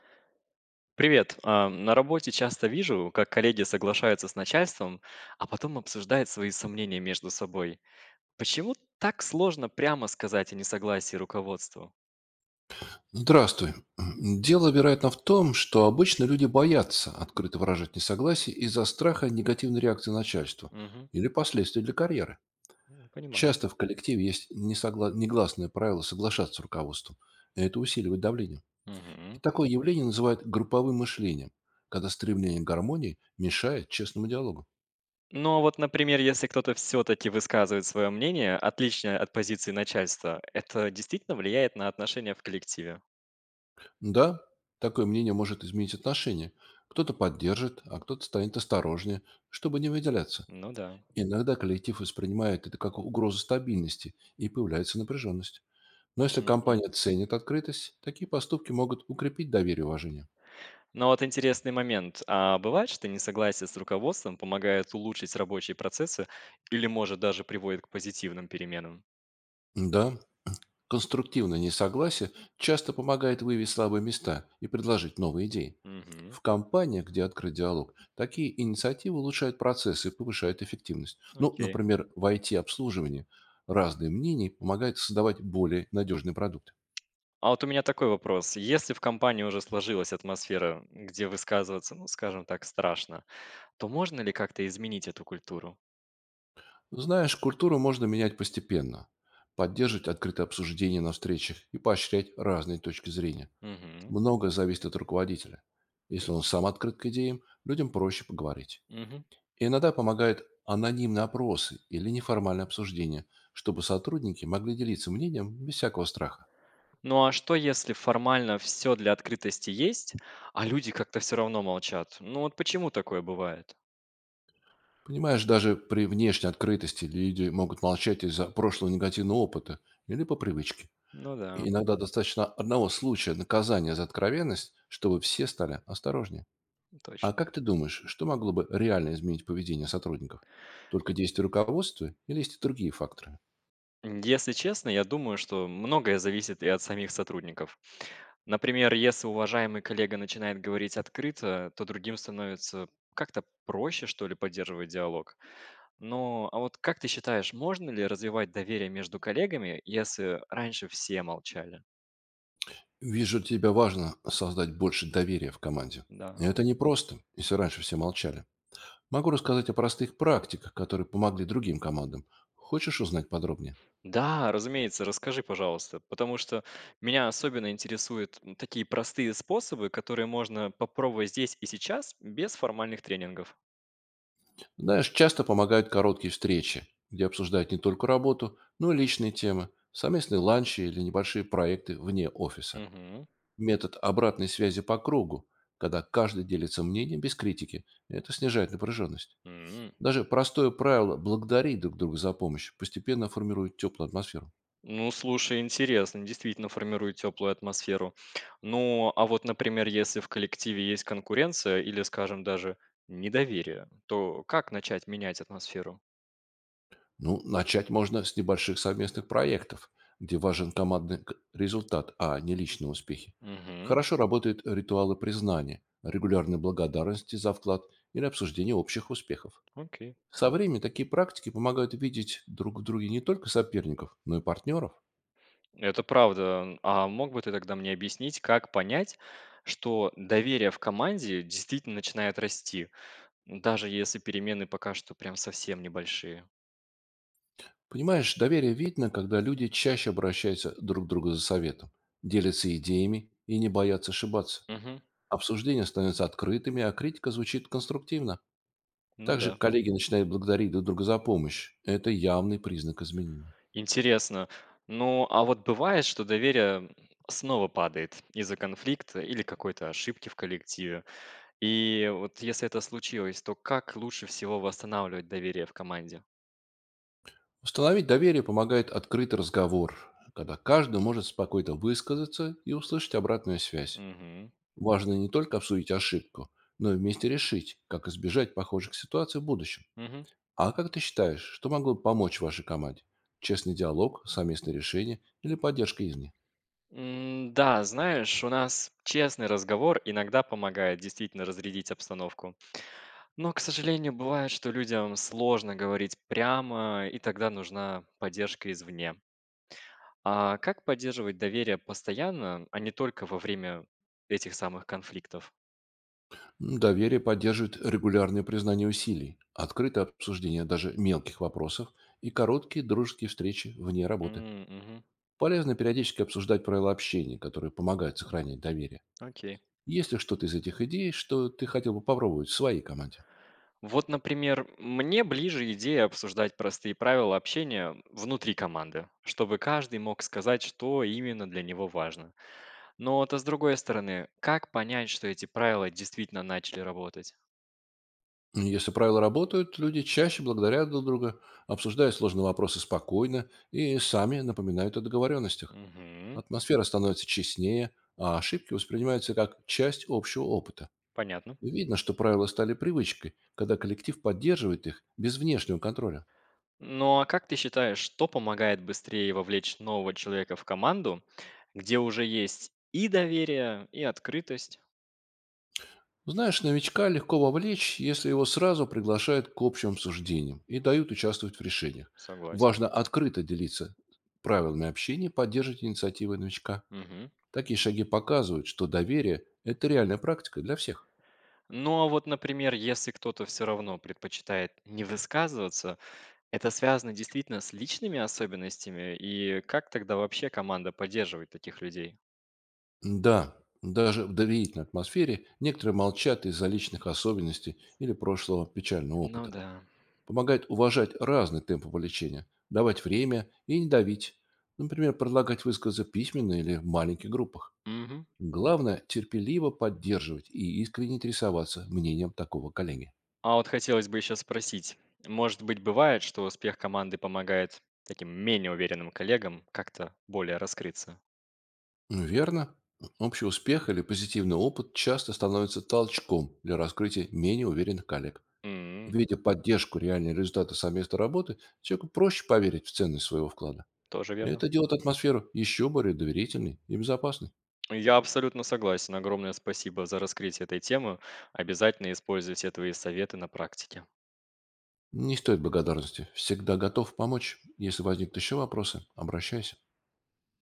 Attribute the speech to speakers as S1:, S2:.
S1: Привет. На работе часто вижу, как коллеги соглашаются с начальством, а потом обсуждают свои сомнения между собой. Почему так сложно прямо сказать о несогласии руководству?
S2: Здравствуй. Дело, вероятно, в том, что обычно люди боятся открыто выражать несогласие из-за страха негативной реакции начальства
S1: Мгм.
S2: или последствий для карьеры.
S1: Понимаю.
S2: Часто в коллективе есть негласное правило соглашаться с руководством Это усиливает давление. И
S1: Мгм.
S2: такое явление называют групповым мышлением, когда стремление к гармонии мешает честному диалогу.
S1: Ну а вот, например, если кто-то все-таки высказывает свое мнение, отличное от позиции начальства, это действительно влияет на отношения в коллективе?
S2: Да, такое мнение может изменить отношения. Кто-то поддержит, а кто-то станет осторожнее, чтобы не выделяться.
S1: Ну
S2: Иногда коллектив воспринимает это как угрозу стабильности, и появляется напряженность. Но если
S1: да.
S2: компания ценит открытость, такие поступки могут укрепить доверие и уважение.
S1: Но вот интересный момент. А бывает, что несогласие с руководством помогает улучшить рабочие процессы или, может, даже приводит к позитивным переменам?
S2: Да, конструктивное несогласие часто помогает выявить слабые места и предложить новые идеи.
S1: Мгм.
S2: В компаниях, где открыт диалог, такие инициативы улучшают процессы и повышают эффективность. Ну,
S1: Окей.
S2: например, в IT-обслуживании разные мнения помогают создавать более надежный продукт.
S1: А вот у меня такой вопрос. Если в компании уже сложилась атмосфера, где высказываться, ну, скажем так, страшно, то можно ли как-то изменить эту культуру?
S2: Знаешь, культуру можно менять постепенно, поддерживать открытое обсуждение на встречах и поощрять разные точки зрения.
S1: Мгм.
S2: Многое зависит от руководителя. Если он сам открыт к идеям, людям проще поговорить.
S1: Мгм.
S2: И иногда помогают анонимные опросы или неформальное обсуждение, чтобы сотрудники могли делиться мнением без всякого страха.
S1: Ну а что, если формально все для открытости есть, а люди как-то все равно молчат? Ну вот почему такое бывает?
S2: Понимаешь, даже при внешней открытости люди могут молчать из-за прошлого негативного опыта или по привычке.
S1: Ну да,
S2: И иногда достаточно одного случая наказания за откровенность, чтобы все стали осторожнее. А
S1: точно.
S2: как ты думаешь, что могло бы реально изменить поведение сотрудников? Только действия руководства или есть и другие факторы?
S1: Если честно, я думаю, что многое зависит и от самих сотрудников. Например, если уважаемый коллега начинает говорить открыто, то другим становится как-то проще, что ли, поддерживать диалог. Но а вот как ты считаешь, можно ли развивать доверие между коллегами, если раньше все молчали?
S2: Вижу, для тебя важно создать больше доверия в команде.
S1: Да.
S2: И это непросто, если раньше все молчали. Могу рассказать о простых практиках, которые помогли другим командам. Хочешь узнать подробнее?
S1: Да, разумеется, расскажи, пожалуйста, потому что меня особенно интересуют такие простые способы, которые можно попробовать здесь и сейчас без формальных тренингов.
S2: Знаешь, часто помогают короткие встречи, где обсуждают не только работу, но и личные темы, совместные ланчи или небольшие проекты вне офиса. Метод обратной связи по кругу, когда каждый делится мнением без критики, это снижает напряженность.
S1: Угу.
S2: Даже простое правило «благодарить друг друга за помощь» постепенно формирует теплую атмосферу.
S1: Ну, слушай, интересно, действительно формирует теплую атмосферу. Ну, а вот, например, если в коллективе есть конкуренция или, скажем, даже недоверие, то как начать менять атмосферу?
S2: Ну, начать можно с небольших совместных проектов, где важен командный результат, а не личные успехи.
S1: Угу,
S2: Хорошо работают ритуалы признания, регулярной благодарности за вклад или обсуждение общих успехов.
S1: окей.
S2: Со временем такие практики помогают видеть друг в друге не только соперников, но и партнеров.
S1: Это правда. А мог бы ты тогда мне объяснить, как понять, что доверие в команде действительно начинает расти, даже если перемены пока что прям совсем небольшие?
S2: Понимаешь, доверие видно, когда люди чаще обращаются друг к другу за советом, делятся идеями и не боятся ошибаться.
S1: Угу,
S2: Обсуждения становятся открытыми, а критика звучит конструктивно.
S1: ну
S2: Также
S1: да.
S2: коллеги начинают благодарить друг друга за помощь. Это явный признак изменений.
S1: Интересно. Ну, а вот бывает, что доверие снова падает из-за конфликта или какой-то ошибки в коллективе. И вот если это случилось, то как лучше всего восстанавливать доверие в команде?
S2: Установить доверие помогает открытый разговор, когда каждый может спокойно высказаться и услышать обратную связь.
S1: Мгм.
S2: Важно не только обсудить ошибку, но и вместе решить, как избежать похожих ситуаций в будущем.
S1: Мгм.
S2: А как ты считаешь, что могло бы помочь вашей команде? Честный диалог, совместное решение или поддержка извне?
S1: Да, знаешь, у нас честный разговор иногда помогает действительно разрядить обстановку. Но, к сожалению, бывает, что людям сложно говорить прямо, и тогда нужна поддержка извне. А как поддерживать доверие постоянно, а не только во время этих самых конфликтов?
S2: Доверие поддерживает регулярное признание усилий, открытое обсуждение даже мелких вопросов и короткие дружеские встречи вне работы.
S1: Мгм.
S2: Полезно периодически обсуждать правила общения, которые помогают сохранять доверие.
S1: Окей.
S2: Есть ли что-то из этих идей, что ты хотел бы попробовать в своей команде?
S1: Вот, например, мне ближе идея обсуждать простые правила общения внутри команды, чтобы каждый мог сказать, что именно для него важно. Но то с другой стороны, как понять, что эти правила действительно начали работать?
S2: Если правила работают, люди чаще благодарят друг друга, обсуждают сложные вопросы спокойно и сами напоминают о договоренностях.
S1: Мгм.
S2: Атмосфера становится честнее, а ошибки воспринимаются как часть общего опыта.
S1: Понятно.
S2: Видно, что правила стали привычкой, когда коллектив поддерживает их без внешнего контроля.
S1: Ну а как ты считаешь, что помогает быстрее вовлечь нового человека в команду, где уже есть и доверие, и открытость?
S2: Знаешь, новичка легко вовлечь, если его сразу приглашают к общим обсуждениям и дают участвовать в решениях.
S1: Согласен.
S2: Важно открыто делиться правилами общения, поддерживать инициативы новичка.
S1: Мгм.
S2: Такие шаги показывают, что доверие – это реальная практика для всех.
S1: Ну а вот, например, если кто-то все равно предпочитает не высказываться, это связано действительно с личными особенностями, и как тогда вообще команда поддерживает таких людей?
S2: Да, даже в доверительной атмосфере некоторые молчат из-за личных особенностей или прошлого печального
S1: Ну
S2: опыта.
S1: да.
S2: Помогает уважать разные темпы лечения, давать время и не давить. Например, предлагать высказы письменно или в маленьких группах.
S1: Мгм.
S2: Главное – терпеливо поддерживать и искренне интересоваться мнением такого коллеги.
S1: А вот хотелось бы еще спросить, может быть, бывает, что успех команды помогает таким менее уверенным коллегам как-то более раскрыться?
S2: Верно. Общий успех или позитивный опыт часто становится толчком для раскрытия менее уверенных коллег.
S1: М,
S2: Видя поддержку, реальные результаты совместной работы, человеку проще поверить в ценность своего вклада.
S1: тоже
S2: И
S1: верно.
S2: это делает атмосферу еще более доверительной и безопасной.
S1: Я абсолютно согласен. Огромное спасибо за раскрытие этой темы. Обязательно используй все твои советы на практике.
S2: Не стоит благодарности. Всегда готов помочь. Если возникнут еще вопросы, обращайся.